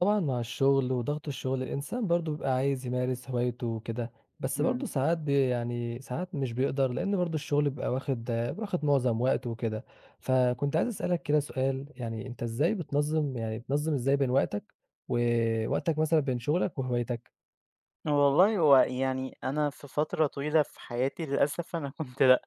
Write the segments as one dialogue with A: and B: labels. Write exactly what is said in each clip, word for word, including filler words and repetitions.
A: طبعًا مع الشغل وضغط الشغل، الإنسان برضه بيبقى عايز يمارس هوايته وكده، بس برضه
B: إمم.
A: ساعات ب يعني ساعات مش بيقدر، لإن برضه الشغل بيبقى واخد واخد معظم وقته وكده. فكنت عايز أسألك كده سؤال، يعني أنت إزاي بتنظّم يعني بتنظّم إزاي بين وقتك ووقتك مثلًا بين شغلك وهوايتك؟
B: والله هو يعني أنا في فترة طويلة في حياتي للأسف أنا كنت لأ،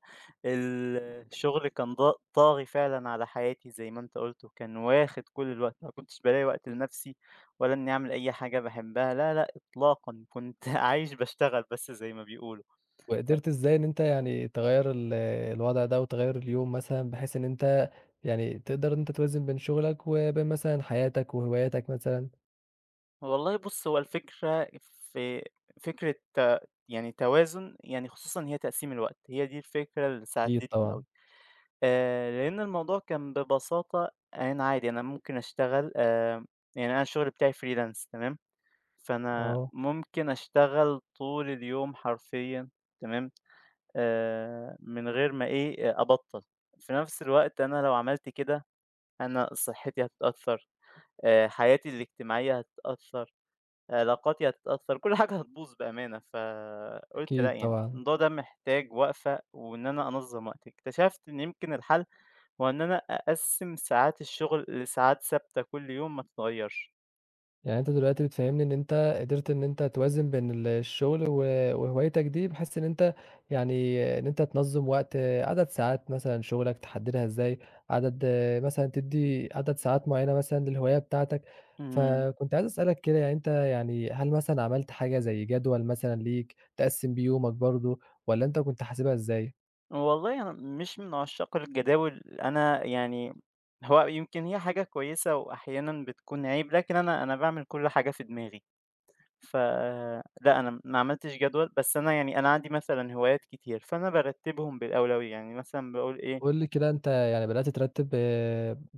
B: الشغل كان ضا طاغي فعلًا على حياتي زي ما أنت قُلت، وكان واخد كل الوقت، ما كنتش بالاقي وقت لنَفْسي ولا إنّي أعمل أي حاجة باحبها، لا، لأ إطلاقًا، كنت عايش باشتغل بس زي ما بيقولوا.
A: وقدرت إزاي إن أنت يعني تغيّر ال الوضع ده وتغيّر اليوم مثلًا، بحيث إن أنت يعني تقدر إن أنت توازن بين شغلك وبين مثلًا حياتك وهواياتك مثلًا؟
B: والله بُص، هو الفكرة في فكرة آه، يعني توازن، يعني خصوصًا هي تقسيم الوقت، هي دي الفكرة اللي
A: أكيد
B: ساعدتني
A: طبعًا،
B: أوي. آآ، لأن الموضوع كان ببساطة أنا عادي أنا ممكن أشتغل آآ، يعني أنا الشغل بتاعي freelance تمام، فأنا
A: آه،
B: ممكن أشتغل طول اليوم حرفيًا تمام، آآ، من غير ما إيه، آآ، أبطّل، في نفس الوقت أنا لو عملت كده أنا صحتي هتتأثّر، آآ، حياتي الاجتماعية هتتأثّر، علاقاتي هتتأثّر، كل حاجة هتبوظ بأمانة، فقُلت لأ
A: أكيد
B: يعني
A: طبعًا.
B: الموضوع ده محتاج وقفة وإن أنا أنظّم وقتي، اكتشفت إن يمكن الحل هو إن أنا أقسّم ساعات الشغل لساعات ثابتة كل يوم ما تتغيّرش.
A: يعني أنت دلوقتي بتفهّمني إن أنت قدرت إن أنت توازن بين ال الشغل و وهوايتك دي، بحيث إن أنت يعني إن أنت تنظّم وقت عدد ساعات مثلًا شغلك تحددها إزاي، عدد مثلًا تدّي عدد ساعات معيّنة مثلًا للهواية بتاعتك،
B: اهم.
A: فكنت عايز أسألك كده يعني أنت يعني هل مثلًا عملت حاجة زي جدول مثلًا ليك تقسّم بيه يومك برضه، والّا أنت كنت حاسبها إزاي؟
B: والله أنا مش من عشاق الجداول، أنا يعني هو يمكن هي حاجة كويسة وأحيانًا بتكون عيب، لكن أنا أنا باعمل كل حاجة في دماغي، فلأ أنا ما عملتش جدول، بس أنا يعني أنا عندي مثلًا هوايات كتير، فأنا بارتّبهم بالأولوية، يعني مثلًا باقول إيه
A: قُل لي كده أنت يعني بدأت ترتّب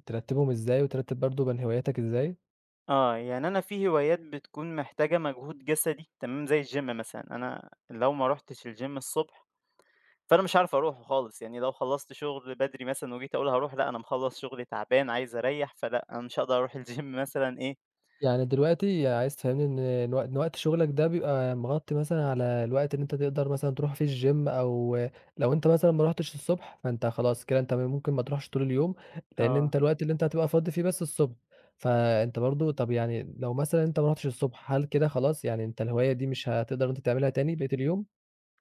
A: ترتّبهم إزاي وترتّب برضه بين هواياتك إزاي؟
B: آه، يعني أنا في هوايات بتكون محتاجة مجهود جسدي تمام، زي الgym مثلًا، أنا لو ما رُحتش الgym الصبح فأنا مش عارف أروح خالص، يعني لو خلّصت شغل بدري مثلًا وجيت أقول هاروح، لأ أنا مخلّص شغل تعبان عايز أريّح، فلأ أنا مش هاقدر أروح الgym مثلًا إيه
A: يعني دلوقتي عايز تفهمني إن إن وق إن وقت شغلك ده بيبقى مغطي مثلًا على الوقت اللي أنت تقدر مثلًا تروح فيه الgym، أو لو أنت مثلًا ما رُحتش الصبح، فأنت خلاص كده أنت ممكن ما تروحش طول اليوم، لأن
B: آه.
A: أنت الوقت اللي أنت هتبقى فاضي فيه بس الصبح. فأنت برضه طب يعني لو مثلًا أنت ما رُحتش الصبح، هل كده خلاص يعني أنت الهواية دي مش هتقدر إن أنت تعملها تاني بقية اليوم؟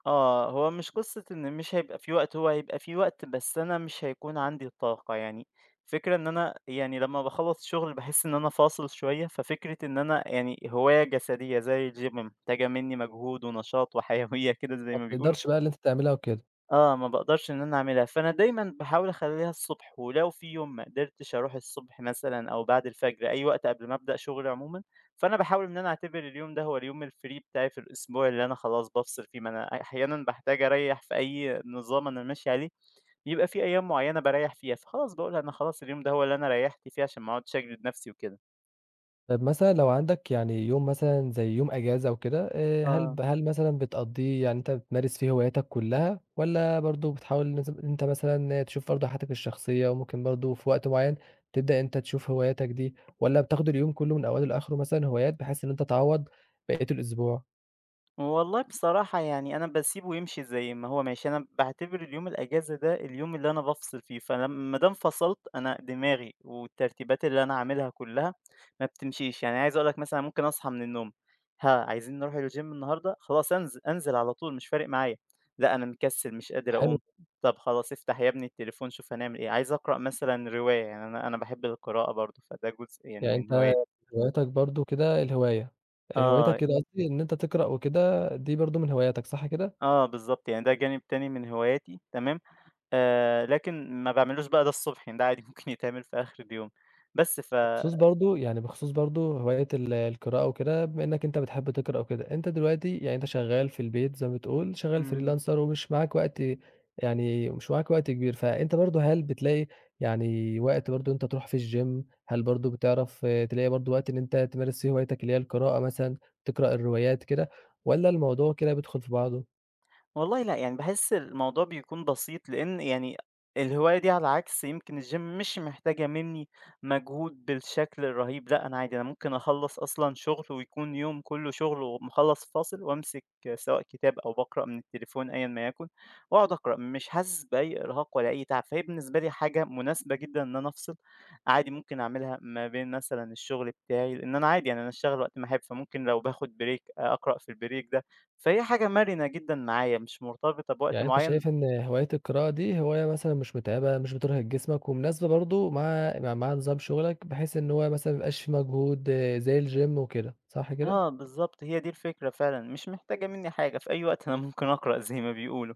B: آه، هو مش قصة إن مش هيبقى في وقت، هو هيبقى في وقت بس أنا مش هيكون عندي الطاقة، يعني الفكرة إن أنا يعني لمّا باخلّص شغل باحس إن أنا فاصل شوية، ففكرة إن أنا يعني هواية جسدية زي الgym محتاجة منّي مجهود ونشاط وحيوية كده
A: ما
B: زي ما بيقولوا
A: بتقدرش بقى اللي أنت تعملها وكده.
B: آه، ما باقدرش إن أنا أعملها، فأنا دايمًا باحاول أخلّيها الصبح، ولو في يوم ما قدرتش أروح الصبح مثلًا أو بعد الفجر، أي وقت قبل ما أبدأ شغل عمومًا، فأنا باحاول إن أنا أعتبر اليوم ده هو اليوم الfree بتاعي في الأسبوع اللي أنا خلاص بافصل فيه، ما أنا أحيانًا باحتاج أريّح في أي نظام أنا ماشي عليه، بيبقى في أيام معيّنة باريّح فيها، فخلاص باقول أنا خلاص اليوم ده هو اللي أنا ريّحت فيه عشان ما اقعدش أجلد نفسي وكده.
A: طب مثلًا لو عندك يعني يوم مثلًا زي يوم أجازة أو كده، آآ هل
B: آه.
A: ب هل مثلًا بتقضّيه يعني أنت بتمارس فيه هواياتك كلّها، والّا برضه بتحاول إن أنت إن أنت مثلًا تشوف برضه حياتك الشخصية، وممكن برضه في وقت معيّن تبدأ أنت تشوف هواياتك دي، والّا بتاخد اليوم كلّه من أوله لآخره مثلًا هوايات بحيث إن أنت تعوّض بقية الأسبوع؟
B: والله بصراحة يعني أنا باسيبه يمشي زي ما هو ماشي، أنا باعتبر اليوم الأجازة ده اليوم اللي أنا بافصل فيه، فلما ما دام فصلت أنا دماغي والترتيبات اللي أنا عاملها كلها ما بتمشيش، يعني عايز أقول لك مثلًا ممكن أصحى من النوم، ها عايزين نروح الgym النهارده؟ خلاص أنزل، أنزل على طول مش فارق معايا، لأ أنا مكسل مش قادر
A: حلو.
B: أقوم، طب خلاص افتح يا ابني التليفون شوف هنعمل إيه، عايز أقرأ مثلًا رواية يعني أنا أنا باحب القراءة برضه، فده جزء يعني
A: يعني
B: من
A: أنت
B: هواياتي.
A: هواياتك برضه كده الهواية، هوايتك
B: آه،
A: كده قصدي إن أنت تقرأ وكده دي برضه من هواياتك صح كده؟
B: آه بالضبط يعني ده جانب تاني من هواياتي، تمام؟ آآ لكن ما باعملوش بقى ده الصبح، يعني ده عادي ممكن يتعمل في آخر اليوم، بس ف
A: بخصوص برضه يعني بخصوص برضه هواية ال القراءة وكده، بما إنّك أنت بتحب تقرأ وكده، أنت دلوقتي يعني أنت شغّال في البيت زي ما بتقول، شغّال
B: إمم.
A: freelancer ومش معاك وقت يعني مش معاك وقت كبير، فأنت برضه هل بتلاقي يعني وقت برضه أنت تروح فيه الgym؟ هل برضه بتعرف آه، تلاقي برضه وقت إن أنت تمارس فيه هوايتك اللي هي القراءة مثلًا، تقرأ الروايات كده والّا الموضوع كده بيدخل في بعضه؟
B: والله لأ، يعني باحس الموضوع بيكون بسيط، لإن يعني الهواية دي على عكس يمكن الgym مش محتاجة منّي مجهود بالشكل الرهيب، لأ، أنا عادي أنا ممكن أخلّص أصلًا شغل ويكون يوم كلّه شغل وأقوم مخلّص فاصل وأمسك سواء كتاب أو باقرأ من التليفون أيًا ما يكن، وأقعد أقرأ، مش حاسس بأي إرهاق ولا أي تعب، فهي بالنسبة لي حاجة مناسبة جدًا إن أنا أفصل، عادي ممكن أعملها ما بين مثلًا الشغل بتاعي، لإن أنا عادي يعني أنا أشتغل وقت ما أحب، فممكن لو باخد break أقرأ في الbreak ده. فهي حاجة مرنة جدًا معايا، مش مرتبطة بوقت
A: يعني أنت
B: معيّن
A: شايف إن هواية القراءة دي هواية مثلًا مش متعبة، مش بترهق جسمك، ومناسبة برضه مع مع مع نظام شغلك، بحيث إن هو مثلًا ما يبقاش في مجهود آه، زي الgym وكده، صح
B: آه
A: كده؟
B: بالضبط، هي دي الفكرة فعلًا، مش محتاجة منّي حاجة، في أي وقت أنا ممكن أقرأ زي ما بيقولوا.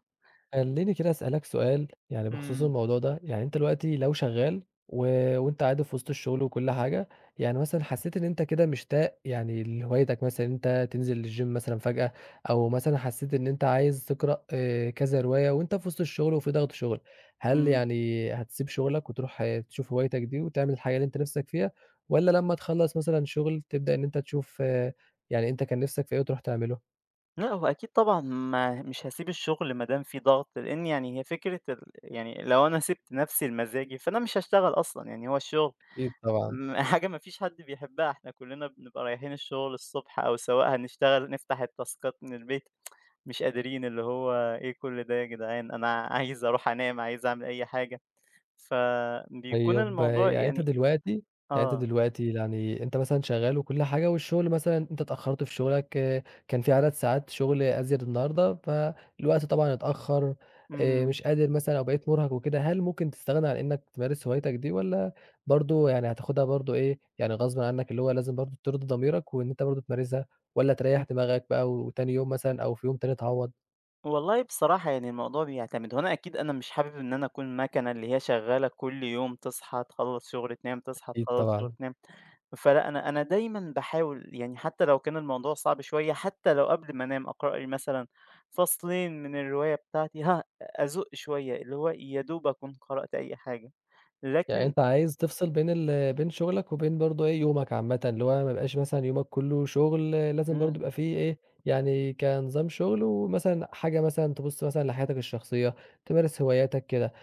A: خلّيني كده أسألك سؤال يعني بخصوص
B: إمم،
A: الموضوع ده، يعني أنت دلوقتي لو شغّال و وأنت عادي في وسط الشغل وكل حاجة، يعني مثلًا حسّيت إن أنت كده مشتاق يعني لهوايتك مثلًا إن أنت تنزل الgym مثلًا فجأة، أو مثلًا حسّيت إن أنت عايز تقرأ آآ كذا رواية وأنت في وسط الشغل وفي ضغط شغل، هل
B: إمم.
A: يعني هتسيب شغلك وتروح آه، تشوف هوايتك دي وتعمل الحاجة اللي أنت نِفْسك فيها، والّا لمّا تخلّص مثلًا شغل تبدأ إن أنت تشوف آه، يعني أنت كان نِفْسك في إيه وتروح تعمله؟
B: لأ، هو أكيد طبعًا ما مش هاسيب الشغل ما دام في ضغط، لإن يعني هي فكرة ال يعني لو أنا سِبت نفسي لمزاجي، فأنا مش هاشتغل أصلًا، يعني هو الشغل
A: أكيد طبعًا.
B: م حاجة ما فيش حد بيحبها، إحنا كلّنا بنبقى رايحين الشغل الصبح أو سواء هنشتغل نفتح التاسكات من البيت، مش قادرين اللي هو إيه كل ده يا جدعان، أنا عايز أروح أنام، عايز أعمل أي حاجة. فبيكون
A: طيب
B: الموضوع
A: يعني أنت
B: يعني
A: دلوقتي يعني أنت
B: آه،
A: دلوقتي يعني أنت مثلًا شغّال وكل حاجة والشغل مثلًا أنت اتأخّرت في شغلك آه، كان في عدد ساعات شغل أزيد النهارده، فالوقت طبعًا اتأخّر، آآ
B: إمم،
A: مش قادر مثلًا أو بقيت مرهق وكده، هل ممكن تستغنى عن إنّك تمارس هوايتك دي، والّا برضه يعني هتاخدها برضه إيه، يعني غصبٍ عنّك اللي هو لازم برضه ترضي ضميرك وإن أنت برضه تمارسها، والّا تريّح
B: و
A: دماغك بقى وتاني يوم مثلًا أو في يوم تاني تعوّض؟
B: والله بصراحة يعني الموضوع بيعتمد، هو أنا أكيد أنا مش حابب إن أنا أكون مكنة اللي هي شغالة كل يوم تصحى تخلّص شغل تنام، تصحى
A: أكيد
B: تخلّص شغل
A: طبعًا.
B: تنام، فلأ أنا أنا دايمًا باحاول يعني حتى لو كان الموضوع صعب شوية، حتى لو قبل ما أنام أقرأ لي مثلًا فصلين من الرواية بتاعتي، ها أزُق شوية، اللي هو يا دوب أكون قرأت أي حاجة،
A: يعني
B: لكن
A: أنت عايز تفصل بين ال بين شغلك وبين برضه إيه، يومك عامةً، اللي هو ما يبقاش مثلًا يومك كُلّه شغل، لازم برضه
B: إمم.
A: يبقى فيه إيه، يعني كنظام شغل ومثلًا حاجة مثلًا تبُص مثلًا لحياتك الشخصية، تمارس هواياتك كده.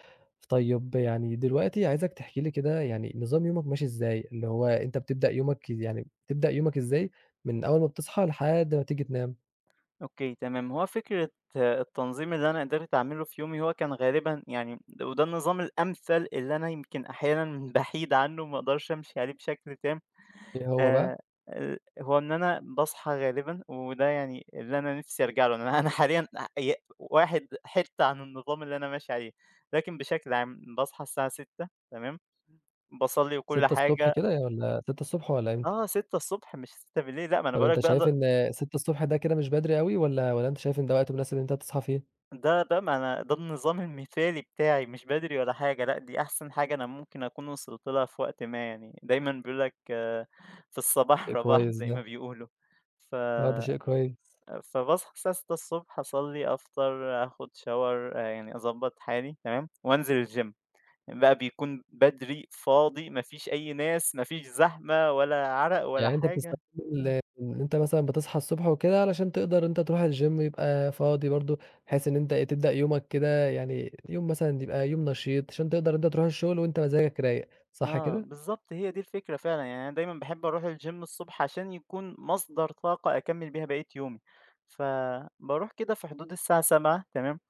A: طيب يعني دلوقتي عايزك تحكي لي كده يعني نظام يومك ماشي إزاي؟ اللي هو أنت بتبدأ يومك يعني بتبدأ يومك إزاي من أول ما بتصحى لحد ما تيجي تنام؟
B: أوكي تمام، هو فكرة آه، التنظيم اللي أنا قدرت أعمله في يومي هو كان غالبًا يعني وده النظام الأمثل اللي أنا يمكن أحيانًا باحيد عنه ما اقدرش أمشي عليه بشكل تام،
A: إيه هو بقى؟
B: آآ، ال هو إن أنا باصحى غالبًا وده يعني اللي أنا نفسي أرجع له، أنا أنا حاليًا ي واحد حتّة عن النظام اللي أنا ماشي عليه، لكن بشكل عام باصحى الساعة ستة تمام، باصلي وكل
A: ستة
B: حاجة
A: كده والّا ستة والّا إمتى؟
B: آه ستة صباحًا ص مش ستة بالليل لأ ما أنا
A: طب
B: باقول لك
A: أنت
B: بقى
A: شايف إن ستة ص ده كده مش بدري أوي والّا والّا أنت شايف إن ده وقت مناسب إن أنت تصحى فيه؟
B: ده ده ما أنا ده النظام المثالي بتاعي، مش بدري ولا حاجة، لأ دي أحسن حاجة أنا ممكن أكون وصلت لها في وقت ما يعني، دايمًا بيقول لك في الصباح
A: شيء
B: رباح
A: كويس
B: زي ما
A: ده.
B: بيقولوا، ف
A: آه، ده شيء كويس.
B: فباصحى الساعة ستة الصبح أصلّي، أفطر، آخد shower آه، يعني أضبّط حالي تمام، وأنزل الgym بقى بيكون بدري، فاضي، ما فيش أي ناس، ما فيش زحمة ولا عرق ولا
A: يعني أنت
B: حاجة.
A: بتستغل إن أنت مثلًا بتصحى الصبح وكده علشان تقدر أنت تروح الgym يبقى فاضي برضه، بحيث إن أنت إيه، تبدأ يومك كده يعني يوم مثلًا يبقى يوم نشيط عشان تقدر أنت تروح الشغل وأنت مزاجك رايق، صح
B: آه،
A: كده؟
B: بالضبط هي دي الفكرة فعلًا، يعني أنا دايمًا باحب أروح الgym الصبح عشان يكون مصدر طاقة أكمّل بيها بقية يومي، فباروح كده في حدود الساعة السابعة تمام،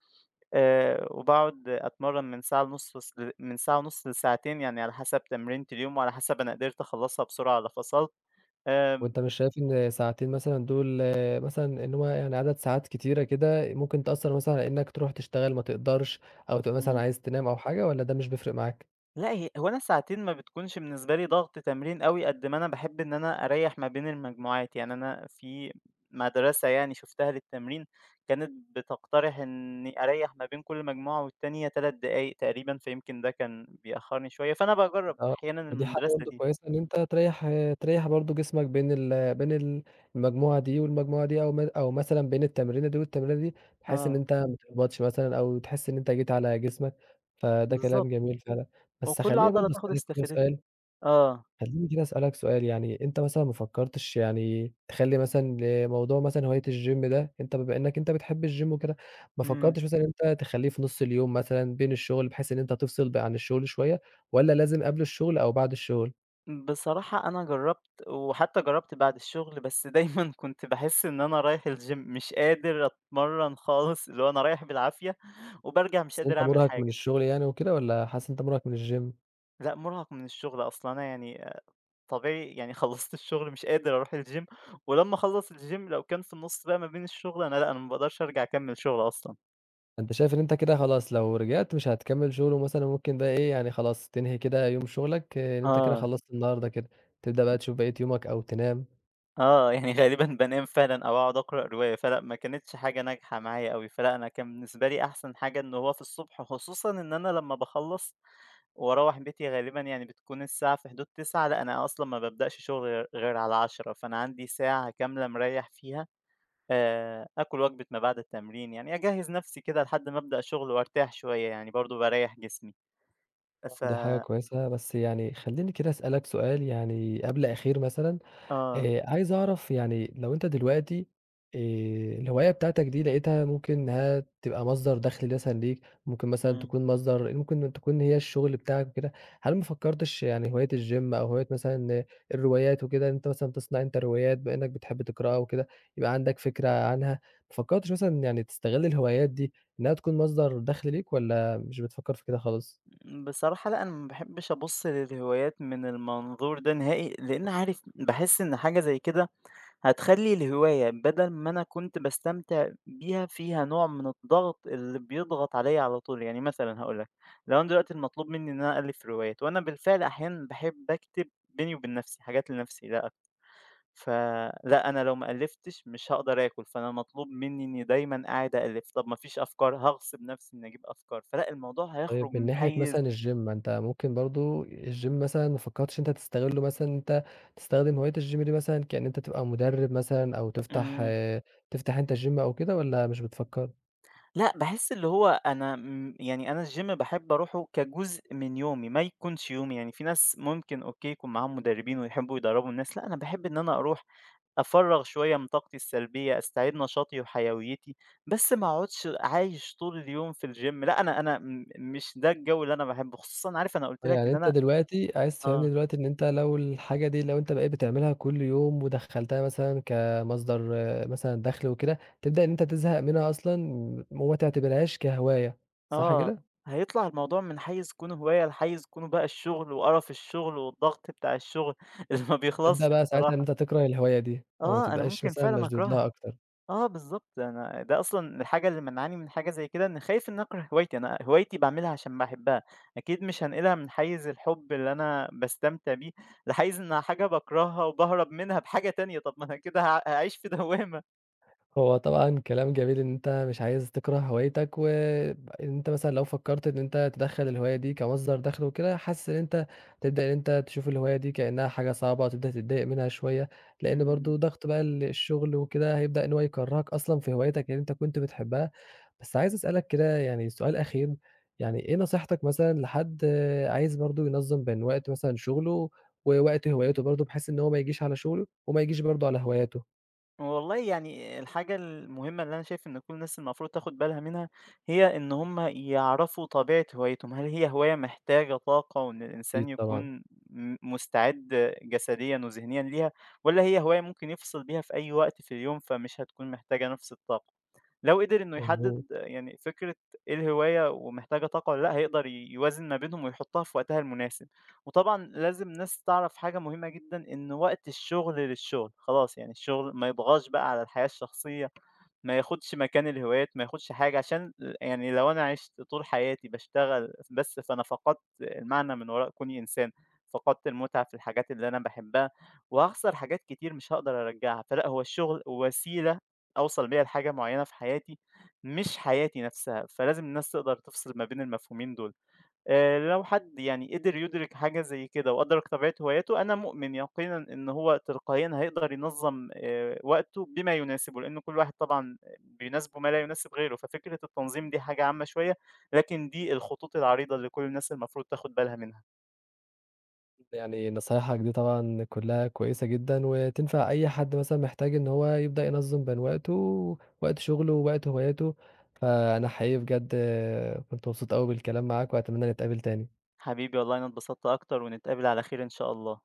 B: آآ، وباقعد أتمرّن من ساعة ونُص لس ل من ساعة ونُص لساعتين يعني على حسب تمرينة اليوم وعلى حسب أنا قدرت أخلّصها بسرعة والّا فصلت، آمم،
A: وأنت مش شايف إن ساعتين مثلًا دول مثلًا إن هو يعني عدد ساعات كتيرة كده ممكن تأثّر مثلًا على إنك تروح تشتغل ما تقدرش، أو تبقى مثلًا
B: إمم.
A: عايز تنام أو حاجة والّا ده مش بيفرق معاك؟
B: لأ هي هو أنا الساعتين ما بتكونش بالنسبة لي ضغط تمرين أوي، قد ما أنا باحب إن أنا أريّح ما بين المجموعات، يعني أنا في مدرسة يعني شُفتها للتمرين، كانت بتقترح إني أريّح ما بين كل مجموعة والتانية تلات دقايق تقريبًا، فيمكن ده كان بيأخّرني شوية، فأنا باجرّب
A: آه،
B: أحيانًا
A: دي حاجة
B: المدرسة
A: برضه
B: دي.
A: كويسة إن أنت تريّح تريّح برضه جسمك بين ال بين ال المجموعة دي والمجموعة دي، أو م أو مثلًا بين التمرينة دي والتمرينة دي، بحيث إن
B: آه،
A: أنت ما تهبطش مثلًا أو تحس إن أنت جيت على جسمك، فده كلام
B: بالضبط،
A: جميل فعلًا. بس
B: وكل
A: خلّيني
B: عضلة
A: برضه
B: تاخد
A: أسألك كده
B: استفادتها.
A: سؤال
B: آه،
A: خلّيني كده أسألك سؤال يعني، أنت مثلًا ما فكّرتش يعني تخلّي مثلًا لموضوع مثلًا هواية الgym ده، أنت بما إنّك أنت بتحب الgym وكده، ما
B: إمم.
A: فكّرتش مثلًا إن أنت تخلّيه في نُص اليوم مثلًا بين الشغل، بحيث إن أنت تفصل ب عن الشغل شوية، والّا لازم قبل الشغل أو بعد الشغل؟
B: بصراحة أنا جرّبت، وحتى جرّبت بعد الشغل، بس دايمًا كنت باحس إن أنا رايح الgym مش قادر أتمرّن خالص، اللي هو أنا رايح بالعافية وبارجع مش
A: حاسس إن
B: قادر
A: أنت
B: أعمل
A: مُرهَق من
B: حاجة.
A: الشغل يعني وكده، والّا حاسس إن أنت مُرهَق من الgym؟
B: لأ، مُرهَق من الشغل أصلًا أنا يعني طبيعي يعني خلّصت الشغل مش قادر أروح الgym ولمّا أخلّص الgym لو كان في النُص بقى ما بين الشغل، أنا لأ، أنا ما باقدرش أرجع أكمّل شغل أصلًا.
A: أنت شايف إن أنت كده خلاص لو رجعت مش هتكمّل شغل ومثلًا ممكن بقى إيه، يعني خلاص تنهي كده يوم شغلك إن أنت كده
B: آه.
A: خلّصت النهارده كده، تبدأ بقى تشوف بقية يومك أو تنام.
B: آه، يعني غالبًا بانام فعلًا أو أقعد أقرأ رواية، فلأ ما كانتش حاجة ناجحة معايا أوي، فلأ أنا كان بالنسبة لي أحسن حاجة إن هو في الصبح خصوصًا إن أنا لمّا باخلّص وأروّح بيتي غالبًا يعني بتكون الساعة في حدود تسعة لأ أنا أصلًا ما بابدأش شغل غير غير على عشرة فأنا عندي ساعة كاملة مريّح فيها، آآ، آكل وجبة ما بعد التمرين، يعني أجهّز نفسي كده لحد ما أبدأ شغل وأرتاح شوية، يعني برضه باريّح جسمي.
A: طبعًا
B: ف
A: دي حاجة كويسة، بس يعني خلّيني كده أسألك سؤال يعني قبل أخير مثلًا،
B: آه،
A: آآ عايز أعرف يعني لو أنت دلوقتي آآ الهواية بتاعتك دي لقيتها ممكن إنها تبقى مصدر دخل مثلًا ليك، ممكن مثلًا
B: إمم،
A: تكون مصدر ممكن تكون هي الشغل بتاعك وكده، هل ما فكّرتش يعني هواية الgym أو هواية مثلًا الروايات وكده، إن أنت مثلًا تصنع أنت روايات بما إنّك بتحب تقرأها وكده، يبقى عندك فكرة عنها، ما فكّرتش مثلًا يعني تستغل الهوايات دي إنها تكون مصدر دخل ليك والّا مش بتفكّر في كده خالص؟
B: بصراحة لأ أنا ما باحبش أبُص للهوايات من المنظور ده نهائي، لإن عارف باحس إن حاجة زي كده هتخلّي الهواية بدل ما أنا كنت باستمتع بيها فيها نوع من الضغط اللي بيضغط عليَّ على طول، يعني مثلًا هاقول لك، لو أنا دلوقتي المطلوب مني إن أنا أألِّف روايات، وأنا بالفعل أحيانًا باحب أكتب بيني وبين نفسي، حاجات لنفسي لأ، أكتر. فلأ أنا لو ما ألِّفتش مش هاقدر آكل، فأنا مطلوب مني إني دايمًا قاعد أألِّف، طب ما فيش أفكار هاغصب نفسي إني أجيب أفكار، فلأ الموضوع
A: طيب
B: هيخرج
A: من
B: من
A: ناحية
B: حيّز
A: مثلًا الgym ما أنت ممكن برضه الgym مثلًا ما فكّرتش إن أنت تستغلّه مثلًا إن أنت تستخدم هواية الgym دي مثلًا كإن أنت تبقى مُدرِّب مثلًا أو تفتح
B: إمم.
A: آه، تفتح أنت gym أو كده والّا مش بتفكّر؟
B: لأ، باحس اللي هو أنا م يعني أنا الgym باحب أروحه كجزء من يومي، ما يكونش يومي، يعني في ناس ممكن أوكي يكون معاهم مدربين ويحبوا يدربوا الناس، لأ، أنا باحب إن أنا أروح أفرّغ شوية من طاقتي السلبية، أستعيد نشاطي وحيويتي، بس ما أقعدش عايش طول اليوم في الgym لأ، أنا أنا م مش ده الجو اللي أنا باحبه، خصوصًا عارف أنا قُلت
A: آه،
B: لك
A: يعني
B: إن
A: أنت
B: أنا
A: دلوقتي عايز
B: آه.
A: تفهّمني دلوقتي إن أنت لو الحاجة دي لو أنت بقيت بتعملها كل يوم ودخّلتها مثلًا كمصدر آه، مثلًا دَخْل وكده، تبدأ إن أنت تزهق منها أصلًا وما تعتبرهاش كهواية، صح
B: آه،
A: كده؟
B: هيطلع الموضوع من حيّز كونه هواية لحيّز كونه بقى الشغل وقرف الشغل والضغط بتاع الشغل اللي ما
A: تبدأ
B: بيخلصش
A: بقى ساعتها إن
B: بصراحة.
A: أنت تكره الهواية دي أو ما
B: آه، أنا
A: تبقاش
B: ممكن
A: مثلًا
B: فعلًا
A: مشدود لها
B: أكرهها،
A: أكتر.
B: آه بالضبط، أنا ده أصلًا الحاجة اللي مانعاني من حاجة زي كده إني خايف إني أكره هوايتي، أنا هوايتي باعملها عشان باحبها، أكيد مش هانقلها من حيّز الحب اللي أنا باستمتع بيه لحيّز إنها حاجة باكرهها وباهرب منها بحاجة تانية، طب ما أنا كده هاع هاعيش في دوّامة.
A: هو طبعًا كلام جميل إن أنت مش عايز تكره هوايتك، وإن أنت مثلًا لو فكّرت إن أنت تدخّل الهواية دي كمصدر دخل وكده، حاسس إن أنت تبدأ إن أنت تشوف الهواية دي كإنها حاجة صعبة، وتبدأ تتضايق منها شوية، لإن برضه ضغط بقى ال الشغل وكده هيبدأ إن هو يكرهك أصلًا في هوايتك اللي أنت كنت بتحبها. بس عايز أسألك كده يعني سؤال أخير، يعني إيه نصيحتك مثلًا لحد آه، عايز برضه ينظّم بين وقت مثلًا شغله ووقت هوايته برضه، بحيث إن هو ما يجيش على شغله وما يجيش برضه على هواياته؟
B: والله يعني الحاجة المهمة اللي أنا شايف إن كل الناس المفروض تاخد بالها منها هي إن هم يعرفوا طبيعة هوايتهم، هل هي هواية محتاجة طاقة وإن الإنسان
A: أكيد طبعًا،
B: يكون م- مستعد جسديا وذهنيا ليها، ولا هي هواية ممكن يفصل بيها في أي وقت في اليوم فمش هتكون محتاجة نفس الطاقة. لو قدر إنه يحدد
A: مضبوط.
B: يعني فكرة إيه الهواية ومحتاجة طاقة والّا لأ، هيقدر ي- يوازن ما بينهم ويحطها في وقتها المناسب، وطبعًا لازم الناس تعرف حاجة مهمة جدًا، إن وقت الشغل للشغل، خلاص يعني الشغل ما يطغاش بقى على الحياة الشخصية، ما ياخدش مكان الهوايات، ما ياخدش حاجة عشان يعني لو أنا عِشت طول حياتي باشتغل بس، فأنا فقدت المعنى من وراء كوني إنسان، فقدت المتعة في الحاجات اللي أنا باحبها، وهاخسر حاجات كتير مش هاقدر أرجّعها، فلأ هو الشغل وسيلة أوصل بيها لحاجة معيّنة في حياتي، مش حياتي نفسها، فلازم الناس تقدر تفصل ما بين المفهومين دول. آآ، لو حد يعني قدر يدرك حاجة زي كده وأدرك طبيعة هواياته، أنا مؤمن يقينًا إن هو تلقائيًا هيقدر ينظم آآ، وقته بما يناسبه، لأن كل واحد طبعًا بيناسبه ما لا يناسب غيره، ففكرة التنظيم دي حاجة عامة شوية، لكن دي الخطوط العريضة اللي كل الناس المفروض تاخد بالها منها.
A: يعني نصايحك دي طبعًا كلّها كويسة جدًا، وتنفع أي حد مثلًا محتاج إن هو يبدأ ينظّم بين وقته، وقت شغله ووقت هواياته، فأنا حقيقي بجد كنت مبسوط أوي بالكلام معاك، وأتمنى نتقابل تاني.
B: حبيبي والله أنا اتبسطت أكتر ونتقابل على خير إن شاء الله.